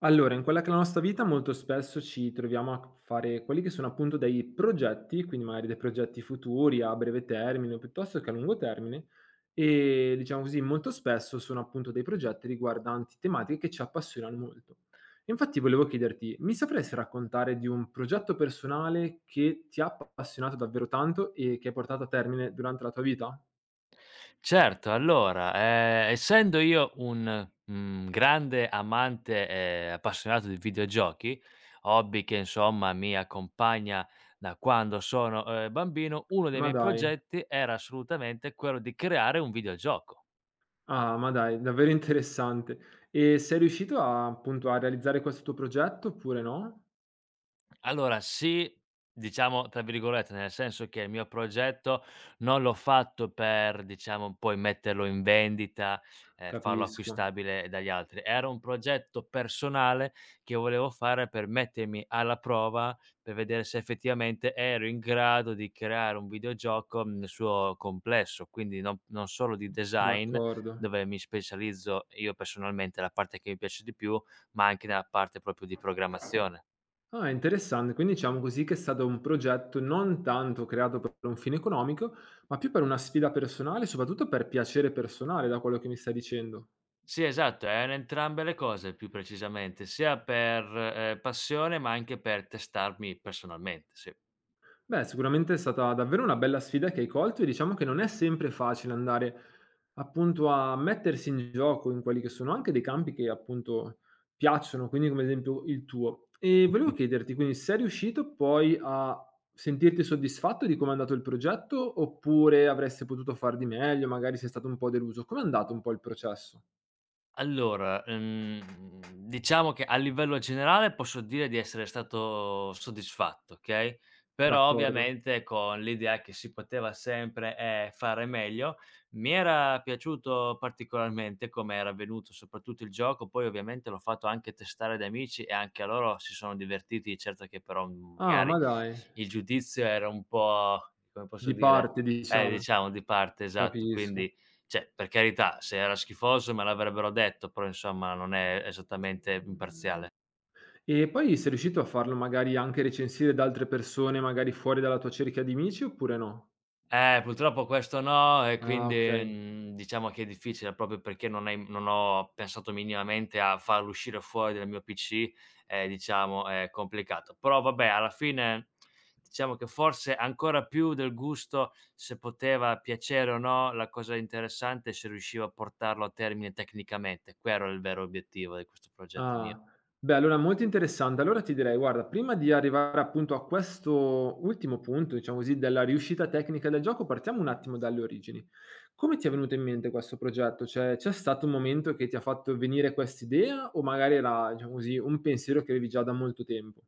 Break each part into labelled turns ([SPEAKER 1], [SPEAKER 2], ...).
[SPEAKER 1] Allora, in quella che è la nostra vita molto spesso ci troviamo a fare quelli che sono appunto dei progetti, quindi magari dei progetti futuri a breve termine piuttosto che a lungo termine e diciamo così, molto spesso sono appunto dei progetti riguardanti tematiche che ci appassionano molto. E infatti volevo chiederti, mi sapresti raccontare di un progetto personale che ti ha appassionato davvero tanto e che hai portato a termine durante la tua vita?
[SPEAKER 2] Certo, allora, essendo io un, grande amante e appassionato di videogiochi, hobby che insomma mi accompagna da quando sono, bambino, uno dei
[SPEAKER 1] Ma
[SPEAKER 2] miei
[SPEAKER 1] dai.
[SPEAKER 2] progetti era assolutamente quello di creare un videogioco.
[SPEAKER 1] Ah, ma dai, davvero interessante. E sei riuscito a appunto a realizzare questo tuo progetto oppure no?
[SPEAKER 2] Allora sì, diciamo tra virgolette, nel senso che il mio progetto non l'ho fatto per, diciamo, poi metterlo in vendita, farlo
[SPEAKER 1] Capisco,
[SPEAKER 2] acquistabile dagli altri. Era un progetto personale che volevo fare per mettermi alla prova, per vedere se effettivamente ero in grado di creare un videogioco nel suo complesso, quindi non solo di design,
[SPEAKER 1] d'accordo.
[SPEAKER 2] dove mi specializzo io personalmente, la parte che mi piace di più, ma anche nella parte proprio di programmazione.
[SPEAKER 1] Ah, interessante. Quindi diciamo così che è stato un progetto non tanto creato per un fine economico, ma più per una sfida personale, soprattutto per piacere personale, da quello che mi stai dicendo.
[SPEAKER 2] Sì, esatto, è un entrambe le cose più precisamente, sia per, passione, ma anche per testarmi personalmente, sì.
[SPEAKER 1] Beh, sicuramente è stata davvero una bella sfida che hai colto e diciamo che non è sempre facile andare appunto a mettersi in gioco in quelli che sono anche dei campi che appunto piacciono, quindi come ad esempio il tuo. E volevo chiederti, quindi sei riuscito poi a sentirti soddisfatto di come è andato il progetto oppure avresti potuto far di meglio, magari sei stato un po' deluso? Com'è andato un po' il processo?
[SPEAKER 2] Allora, diciamo che a livello generale posso dire di essere stato soddisfatto, okay, però
[SPEAKER 1] D'accordo.
[SPEAKER 2] ovviamente con l'idea che si poteva sempre, fare meglio. Mi era piaciuto particolarmente come era venuto soprattutto il gioco, poi ovviamente l'ho fatto anche testare ad amici e anche a loro si sono divertiti, certo che però
[SPEAKER 1] Ah,
[SPEAKER 2] magari
[SPEAKER 1] ma dai,
[SPEAKER 2] il giudizio era un po' come posso
[SPEAKER 1] di
[SPEAKER 2] dire,
[SPEAKER 1] parte diciamo,
[SPEAKER 2] diciamo di parte, esatto,
[SPEAKER 1] capisco.
[SPEAKER 2] quindi cioè, per carità, se era schifoso me l'avrebbero detto, però imomma non è esattamente imparziale.
[SPEAKER 1] E poi sei riuscito a farlo magari anche recensire da altre persone, magari fuori dalla tua cerchia di amici oppure no?
[SPEAKER 2] Purtroppo questo no e
[SPEAKER 1] Ah,
[SPEAKER 2] quindi,
[SPEAKER 1] okay.
[SPEAKER 2] diciamo che è difficile proprio perché non ho pensato minimamente a farlo uscire fuori dal mio PC e diciamo è complicato. Però vabbè, alla fine diciamo che forse ancora più del gusto se poteva piacere o no, la cosa interessante è se riuscivo a portarlo a termine tecnicamente. Quello era il vero obiettivo di questo progetto mio.
[SPEAKER 1] Ah. Beh, allora molto interessante. Allora ti direi, guarda, prima di arrivare appunto a questo ultimo punto, diciamo così, della riuscita tecnica del gioco, partiamo un attimo dalle origini. Come ti è venuto in mente questo progetto? Cioè, c'è stato un momento che ti ha fatto venire quest'idea o magari era, diciamo così, un pensiero che avevi già da molto tempo?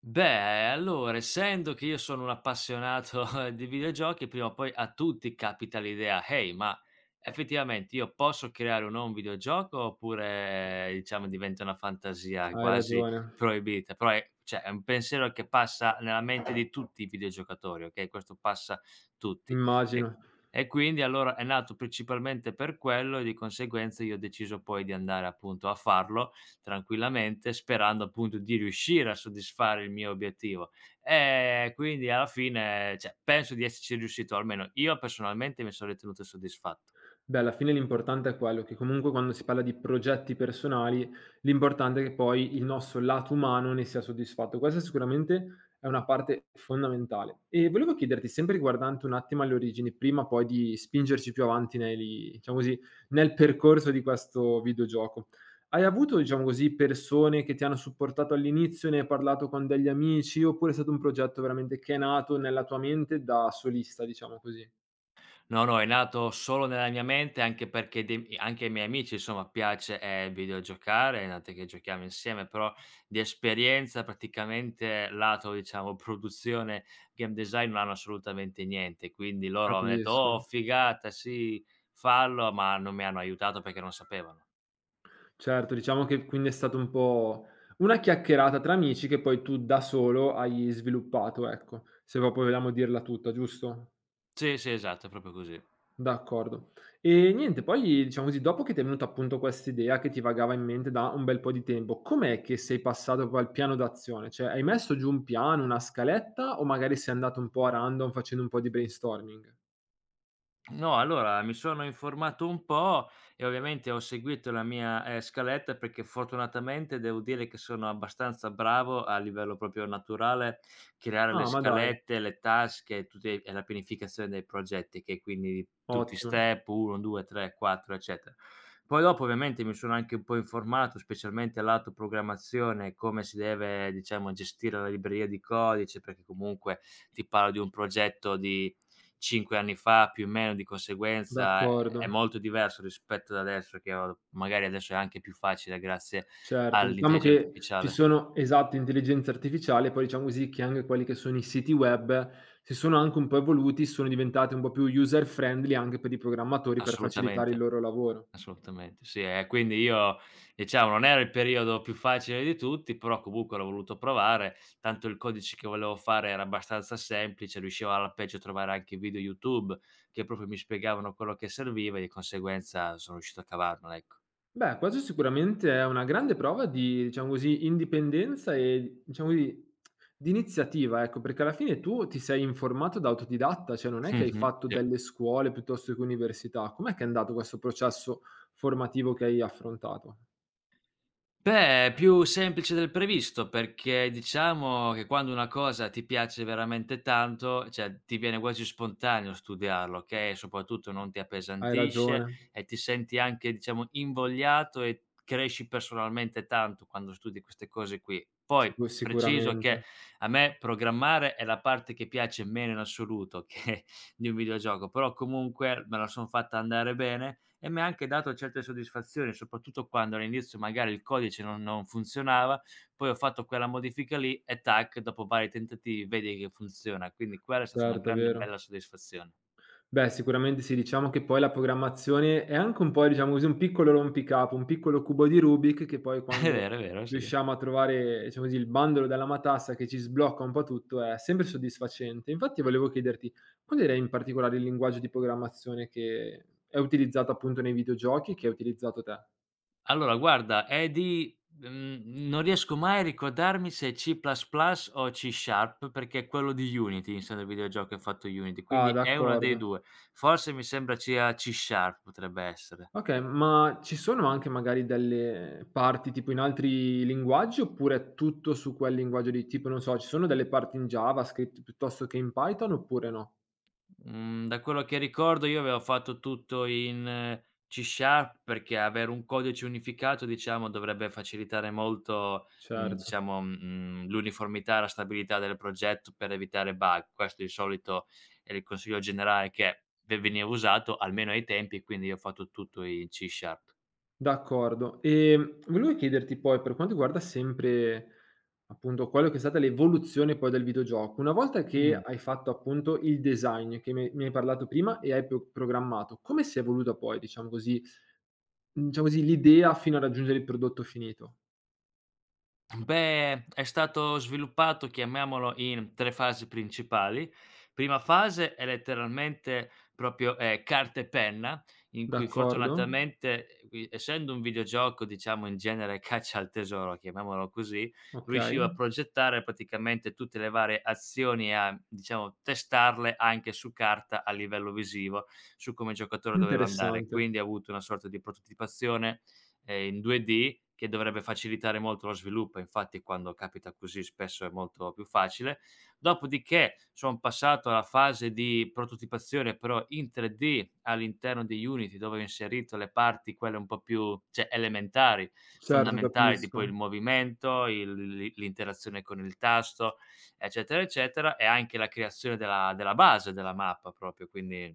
[SPEAKER 2] Beh, allora essendo che io sono un appassionato di videogiochi, prima o poi a tutti capita l'idea: "Hey, ma effettivamente io posso creare o no un videogioco?" Oppure diciamo diventa una fantasia
[SPEAKER 1] Hai
[SPEAKER 2] quasi
[SPEAKER 1] ragione,
[SPEAKER 2] proibita. Però è cioè è un pensiero che passa nella mente di tutti i videogiocatori, okay, questo passa tutti. E
[SPEAKER 1] immagino.
[SPEAKER 2] e quindi allora è nato principalmente per quello e di conseguenza io ho deciso poi di andare appunto a farlo tranquillamente, sperando appunto di riuscire a soddisfare il mio obiettivo. Quindi alla fine, cioè, penso di esserci riuscito, almeno io personalmente mi sono ritenuto soddisfatto.
[SPEAKER 1] Beh, alla fine l'importante è quello che comunque quando si parla di progetti personali, l'importante è che poi il nostro lato umano ne sia soddisfatto. Questa sicuramente è una parte fondamentale. E volevo chiederti, sempre riguardante un attimo alle origini, prima poi di spingerci più avanti nei diciamo così, nel percorso di questo videogioco. Hai avuto, diciamo così, persone che ti hanno supportato all'inizio, ne hai parlato con degli amici, oppure è stato un progetto veramente che è nato nella tua mente da solista, diciamo così?
[SPEAKER 2] No, no, è nato solo nella mia mente, anche perché dei anche ai miei amici insomma piace, videogiocare, è notte che giochiamo insieme, però di esperienza praticamente lato, diciamo, produzione, game design non hanno assolutamente niente. Quindi loro hanno detto: "Oh,
[SPEAKER 1] Capisco.
[SPEAKER 2] figata, sì, fallo", ma non mi hanno aiutato perché non sapevano.
[SPEAKER 1] Certo, diciamo che quindi è stato un po' una chiacchierata tra amici che poi tu da solo hai sviluppato, ecco, se proprio vogliamo dirla tutta, giusto?
[SPEAKER 2] Sì, sì, esatto, è proprio così.
[SPEAKER 1] D'accordo. E niente, poi diciamo così, dopo che ti è venuta appunto quest'idea che ti vagava in mente da un bel po' di tempo, com'è che sei passato poi al piano d'azione? Cioè, hai messo giù un piano, una scaletta o magari sei andato un po' a random facendo un po' di brainstorming?
[SPEAKER 2] No, allora mi sono informato un po' e ovviamente ho seguito la mia, scaletta perché fortunatamente devo dire che sono abbastanza bravo a livello proprio naturale, creare le
[SPEAKER 1] Ah, ma dai,
[SPEAKER 2] scalette, le tasche e tutti e la pianificazione dei progetti che quindi tutti i
[SPEAKER 1] ottimo,
[SPEAKER 2] step 1, 2, 3, 4 eccetera. Poi dopo ovviamente mi sono anche un po' informato, specialmente lato programmazione, come si deve diciamo gestire la libreria di codice, perché comunque ti parlo di un progetto di 5 anni fa più o meno, di conseguenza è
[SPEAKER 1] d'accordo.
[SPEAKER 2] è molto diverso rispetto ad adesso che ho magari adesso è anche più facile grazie
[SPEAKER 1] Certo, diciamo
[SPEAKER 2] all'intelligenza
[SPEAKER 1] che ci
[SPEAKER 2] artificiale.
[SPEAKER 1] sono esatto, intelligenza artificiale, poi diciamo così che anche quelli che sono i siti web si sono anche un po' evoluti, sono diventati un po' più user friendly anche per i programmatori per facilitare il
[SPEAKER 2] Assolutamente,
[SPEAKER 1] loro lavoro.
[SPEAKER 2] assolutamente sì. E quindi io diciamo non era il periodo più facile di tutti, però comunque l'ho voluto provare, tanto il codice che volevo fare era abbastanza semplice, riuscivo alla peggio a trovare anche video YouTube che proprio mi spiegavano quello che serviva e di conseguenza sono riuscito a cavarmela, ecco.
[SPEAKER 1] Beh, questo sicuramente è una grande prova di, diciamo così, indipendenza e diciamo di iniziativa, ecco, perché alla fine tu ti sei informato da autodidatta, cioè non è che hai
[SPEAKER 2] Mh-mh,
[SPEAKER 1] fatto
[SPEAKER 2] sì.
[SPEAKER 1] delle scuole piuttosto che università. Com'è che è andato questo processo formativo che hai affrontato?
[SPEAKER 2] Beh, è più semplice del previsto, perché diciamo che quando una cosa ti piace veramente tanto, cioè ti viene quasi spontaneo studiarlo, okay, soprattutto non ti
[SPEAKER 1] Hai
[SPEAKER 2] appesantisce
[SPEAKER 1] ragione.
[SPEAKER 2] e ti senti anche, diciamo, invogliato e cresci personalmente tanto quando studi queste cose qui. Poi preciso
[SPEAKER 1] Sicuramente,
[SPEAKER 2] che a me programmare è la parte che piace meno in assoluto che di un videogioco, però comunque me la son fatta andare bene e mi ha anche dato certe soddisfazioni, soprattutto quando all'inizio magari il codice non funzionava, poi ho fatto quella modifica lì e tac, dopo vari tentativi vedi che funziona. Quindi quella è stata una
[SPEAKER 1] certo, è
[SPEAKER 2] grande bella
[SPEAKER 1] vero.
[SPEAKER 2] soddisfazione.
[SPEAKER 1] Beh, sicuramente sì, diciamo che poi la programmazione è anche un po', diciamo così, un piccolo rompicapo, un piccolo cubo di Rubik che poi quando
[SPEAKER 2] È vero, sì.
[SPEAKER 1] riusciamo a trovare, diciamo così, il bandolo della matassa che ci sblocca un po' tutto è sempre soddisfacente. Infatti volevo chiederti, qual era in particolare il linguaggio di programmazione che è utilizzato appunto nei videogiochi e che hai utilizzato te?
[SPEAKER 2] Allora guarda, è non riesco mai a ricordarmi se è C++ o C Sharp, perché è quello di Unity, insomma, il videogioco che ha fatto Unity,
[SPEAKER 1] Ah,
[SPEAKER 2] quindi è uno dei
[SPEAKER 1] d'accordo.
[SPEAKER 2] 2. Forse mi sembra sia C Sharp potrebbe essere.
[SPEAKER 1] Okay, ma ci sono anche magari delle parti tipo in altri linguaggi, oppure è tutto su quel linguaggio lì? Tipo, non so, ci sono delle parti in JavaScript piuttosto che in Python oppure no?
[SPEAKER 2] Mhmm, Da quello che ricordo io avevo fatto tutto in C# Sharp perché avere un codice unificato, diciamo, dovrebbe facilitare molto,
[SPEAKER 1] Certo,
[SPEAKER 2] diciamo, l'uniformità e la stabilità del progetto per evitare bug. Questo di solito è il consiglio generale che ve veniva usato, almeno ai tempi, quindi io ho fatto tutto in C#.
[SPEAKER 1] d'accordo. Volevo chiederti poi per quanto riguarda sempre, appunto, quello che è stata l'evoluzione poi del videogioco, una volta che
[SPEAKER 2] Mh.
[SPEAKER 1] hai fatto appunto il design che mi hai parlato prima e hai programmato, come si è evoluta poi, diciamo così diciamo così, l'idea fino a raggiungere il prodotto finito?
[SPEAKER 2] Beh, è stato sviluppato, chiamiamolo, in 3 fasi principali. Prima fase è letteralmente proprio, carta e penna, in cui
[SPEAKER 1] D'accordo.
[SPEAKER 2] fortunatamente, qui essendo un videogioco, diciamo, in genere caccia al tesoro, chiamiamolo così,
[SPEAKER 1] Okay,
[SPEAKER 2] riuscivo a progettare praticamente tutte le varie azioni e a, diciamo, testarle anche su carta a livello visivo, su come il giocatore doveva andare.
[SPEAKER 1] interessante.
[SPEAKER 2] Quindi ho avuto una sorta di prototipazione in 2D che dovrebbe facilitare molto lo sviluppo, infatti quando capita così spesso è molto più facile. Dopodiché son passato alla fase di prototipazione però in 3D all'interno di Unity, dove ho inserito le parti quelle un po' più cioè elementari,
[SPEAKER 1] Certo,
[SPEAKER 2] fondamentali, tipo il
[SPEAKER 1] capisco.
[SPEAKER 2] movimento, il l l'interazione con il tasto, eccetera, eccetera, e anche la creazione della base della mappa proprio, quindi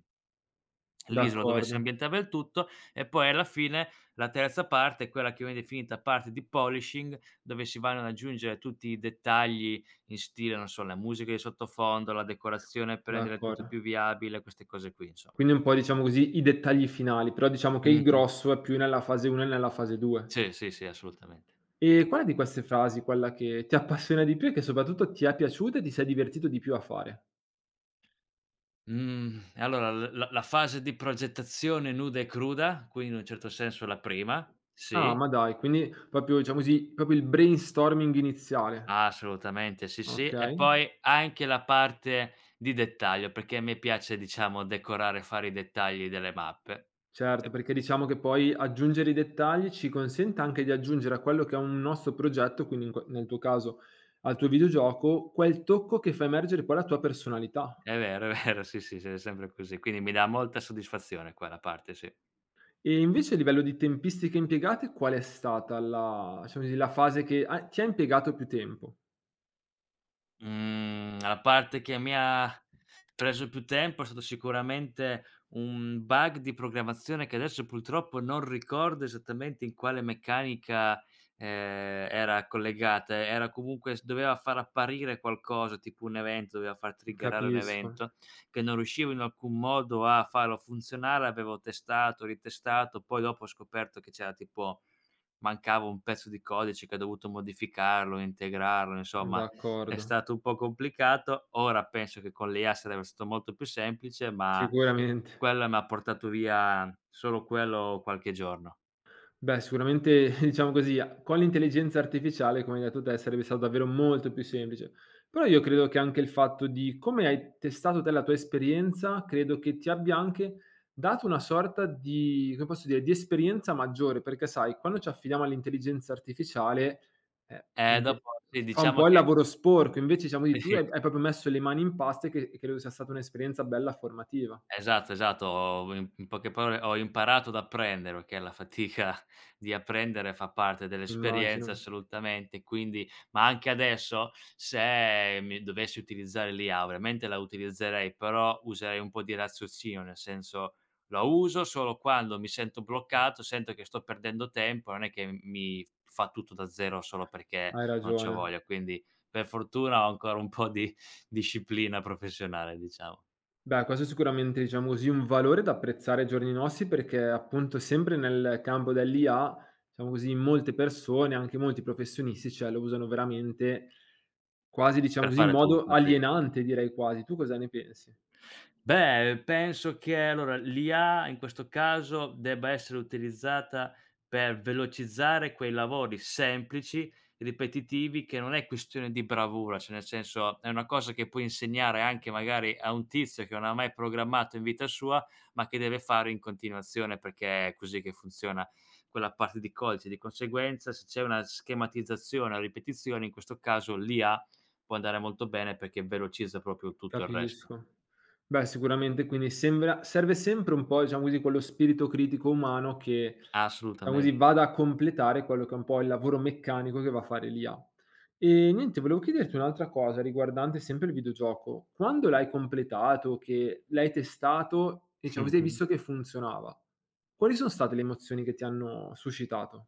[SPEAKER 2] l'isola dove si
[SPEAKER 1] D'accordo,
[SPEAKER 2] ambientava il tutto e poi alla fine la terza parte è quella che viene definita parte di polishing, dove si vanno ad aggiungere tutti i dettagli in stile, non so, la musica di sottofondo, la decorazione per rendere tutto
[SPEAKER 1] d'accordo.
[SPEAKER 2] più viabile, queste cose qui insomma.
[SPEAKER 1] Quindi un po' diciamo così i dettagli finali, però diciamo che il
[SPEAKER 2] Mh-mh.
[SPEAKER 1] grosso è più nella fase 1 e nella fase 2.
[SPEAKER 2] Sì, sì, sì, assolutamente.
[SPEAKER 1] E quale di queste frasi, quella che ti appassiona di più e che soprattutto ti è piaciuta e ti sei divertito di più a fare?
[SPEAKER 2] Mhmm, allora l la la fase di progettazione nuda e cruda, quindi in un certo senso la prima,
[SPEAKER 1] Ah,
[SPEAKER 2] sì.
[SPEAKER 1] ma dai, quindi proprio diciamo così, proprio il brainstorming iniziale.
[SPEAKER 2] Assolutamente, sì, sì. E
[SPEAKER 1] Okay.
[SPEAKER 2] poi anche la parte di dettaglio, perché a me piace, diciamo, decorare e fare i dettagli delle mappe. Sì.
[SPEAKER 1] Certo, perché diciamo che poi aggiungere i dettagli ci consente anche di aggiungere a quello che è un nostro progetto, quindi in nel tuo caso al tuo videogioco, quel tocco che fa emergere poi la tua personalità.
[SPEAKER 2] È vero, sì, sì, sì, è sempre così. Quindi mi dà molta soddisfazione quella parte, sì.
[SPEAKER 1] E invece a livello di tempistiche impiegate, qual è stata la, diciamo così, la fase che ti ha impiegato più tempo?
[SPEAKER 2] Mhmm, la parte che mi ha preso più tempo è stato sicuramente un bug di programmazione che adesso purtroppo non ricordo esattamente in quale meccanica, era collegata. Era comunque s doveva far apparire qualcosa, tipo un evento, doveva far triggerare un
[SPEAKER 1] Capisco,
[SPEAKER 2] evento, che non riuscivo in alcun modo a farlo funzionare. Avevo testato, ritestato, poi dopo ho scoperto che c'era tipo mancava un pezzo di codice che ho dovuto modificarlo, integrarlo, insomma è
[SPEAKER 1] d'accordo,
[SPEAKER 2] stato un po' complicato. Ora penso che con l'IA sarebbe stato molto più semplice, ma
[SPEAKER 1] sicuramente.
[SPEAKER 2] quella m'ha portato via solo quello qualche giorno.
[SPEAKER 1] Beh, sicuramente diciamo così, a con l'intelligenza artificiale, come hai detto te, sarebbe stato davvero molto più semplice. Però io credo che anche il fatto di come hai testato te la tua esperienza, credo che ti abbia anche dato una sorta di come posso dire, di esperienza maggiore, perché sai quando ci affidiamo all'intelligenza artificiale, l'inte
[SPEAKER 2] Dopo sì,
[SPEAKER 1] f fa un
[SPEAKER 2] diciamo
[SPEAKER 1] po' il
[SPEAKER 2] che
[SPEAKER 1] lavoro sporco, invece diciamo di tu
[SPEAKER 2] sì.
[SPEAKER 1] hai proprio messo le mani in pasta e che e credo sia stata un'esperienza bella formativa.
[SPEAKER 2] Esatto, esatto. Ho in poche parole ho imparato ad apprendere, perché la fatica di apprendere fa parte dell'esperienza
[SPEAKER 1] Immagino.
[SPEAKER 2] assolutamente, quindi ma anche adesso se mi dovessi utilizzare l'IA, ovviamente la utilizzerei, però userei un po' di raziocinio, nel senso la uso solo quando mi sento bloccato, sento che sto perdendo tempo, non è che mi fa tutto da zero solo perché
[SPEAKER 1] Hai
[SPEAKER 2] non c'ho
[SPEAKER 1] ragione.
[SPEAKER 2] voglia, quindi per fortuna ho ancora un po' di disciplina professionale, diciamo.
[SPEAKER 1] Beh, questo è sicuramente, diciamo così, un valore da apprezzare ai giorni nostri perché appunto sempre nel campo dell'IA, diciamo così, molte persone, anche molti professionisti, cioè lo usano veramente quasi, diciamo
[SPEAKER 2] Per
[SPEAKER 1] così, in
[SPEAKER 2] fare
[SPEAKER 1] modo
[SPEAKER 2] tutto, sì. Sì.
[SPEAKER 1] alienante direi quasi. Tu cosa ne pensi?
[SPEAKER 2] Beh, penso che allora l'IA in questo caso debba essere utilizzata per velocizzare quei lavori semplici, ripetitivi, che non è questione di bravura, cioè nel senso è una cosa che puoi insegnare anche magari a un tizio che non ha mai programmato in vita sua, ma che deve fare in continuazione perché è così che funziona quella parte di codice. Di conseguenza, se c'è una schematizzazione, a ripetizione, in questo caso l'IA può andare molto bene perché velocizza proprio tutto il resto.
[SPEAKER 1] Capisco. Beh, sicuramente quindi sembra serve sempre un po', diciamo così, quello spirito critico umano che diciamo così,
[SPEAKER 2] Assolutamente.
[SPEAKER 1] vada a completare quello che è un po' il lavoro meccanico che va a fare l'IA. E niente, volevo chiederti un'altra cosa riguardante sempre il videogioco. Quando l'hai completato, che l'hai testato e diciamo così, hai
[SPEAKER 2] Mh-mh.
[SPEAKER 1] visto che funzionava, quali sono state le emozioni che ti hanno suscitato?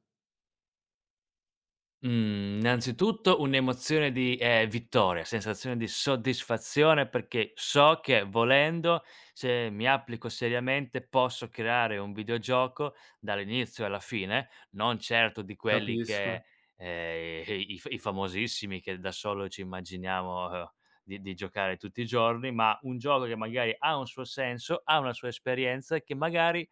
[SPEAKER 2] Mhmm, innanzitutto un'emozione di, vittoria, sensazione di soddisfazione perché so che volendo, se mi applico seriamente, posso creare un videogioco dall'inizio alla fine, non certo di quelli
[SPEAKER 1] Capisco.
[SPEAKER 2] che, i f i famosissimi che da solo ci immaginiamo, di giocare tutti i giorni, ma un gioco che magari ha un suo senso, ha una sua esperienza e che magari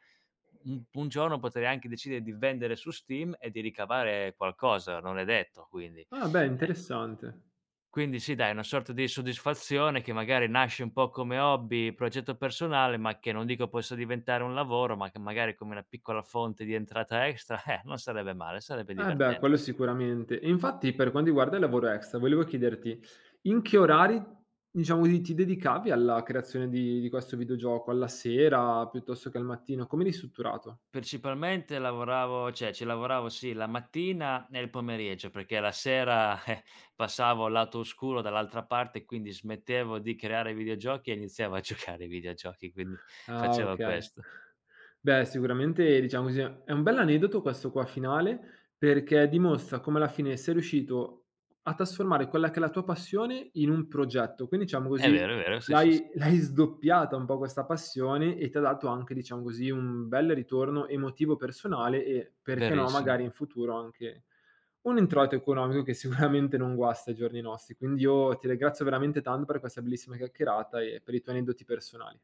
[SPEAKER 2] un giorno potrei anche decidere di vendere su Steam e di ricavare qualcosa, non è detto quindi.
[SPEAKER 1] Ah beh,
[SPEAKER 2] Eh,
[SPEAKER 1] interessante.
[SPEAKER 2] quindi sì dai, una sorta di soddisfazione che magari nasce un po' come hobby, progetto personale, ma che non dico possa diventare un lavoro, ma che magari come una piccola fonte di entrata extra, non sarebbe male, sarebbe
[SPEAKER 1] Eh beh,
[SPEAKER 2] divertente,
[SPEAKER 1] quello
[SPEAKER 2] sì.
[SPEAKER 1] sicuramente. E infatti per quanto riguarda il lavoro extra, volevo chiederti in che orari, diciamo così, ti dedicavi alla creazione di questo videogioco? Alla sera piuttosto che al mattino? Come eri strutturato?
[SPEAKER 2] Principalmente lavoravo cioè ci lavoravo sì la mattina e il pomeriggio, perché la sera, passavo al lato oscuro dall'altra parte, quindi smettevo di creare videogiochi e iniziavo a giocare ai videogiochi, quindi
[SPEAKER 1] Ah,
[SPEAKER 2] facevo
[SPEAKER 1] okay.
[SPEAKER 2] questo.
[SPEAKER 1] Beh, sicuramente diciamo così, è un bell'aneddoto questo qua finale, perché dimostra come alla fine sei riuscito a trasformare quella che è la tua passione in un progetto. Quindi diciamo così,
[SPEAKER 2] È vero, sì, sì, sì,
[SPEAKER 1] l'hai l'hai sdoppiata un po' questa passione e ti ha dato anche, diciamo così, un bel ritorno emotivo personale e, perché no, magari
[SPEAKER 2] verissimo.
[SPEAKER 1] in futuro anche un introito economico che sicuramente non guasta ai giorni nostri. Quindi io ti ringrazio veramente tanto per questa bellissima chiacchierata e per i tuoi aneddoti personali.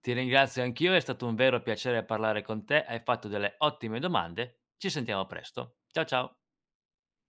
[SPEAKER 2] Ti ringrazio anch'io, è stato un vero piacere parlare con te, hai fatto delle ottime domande. Ci sentiamo presto. Ciao, ciao.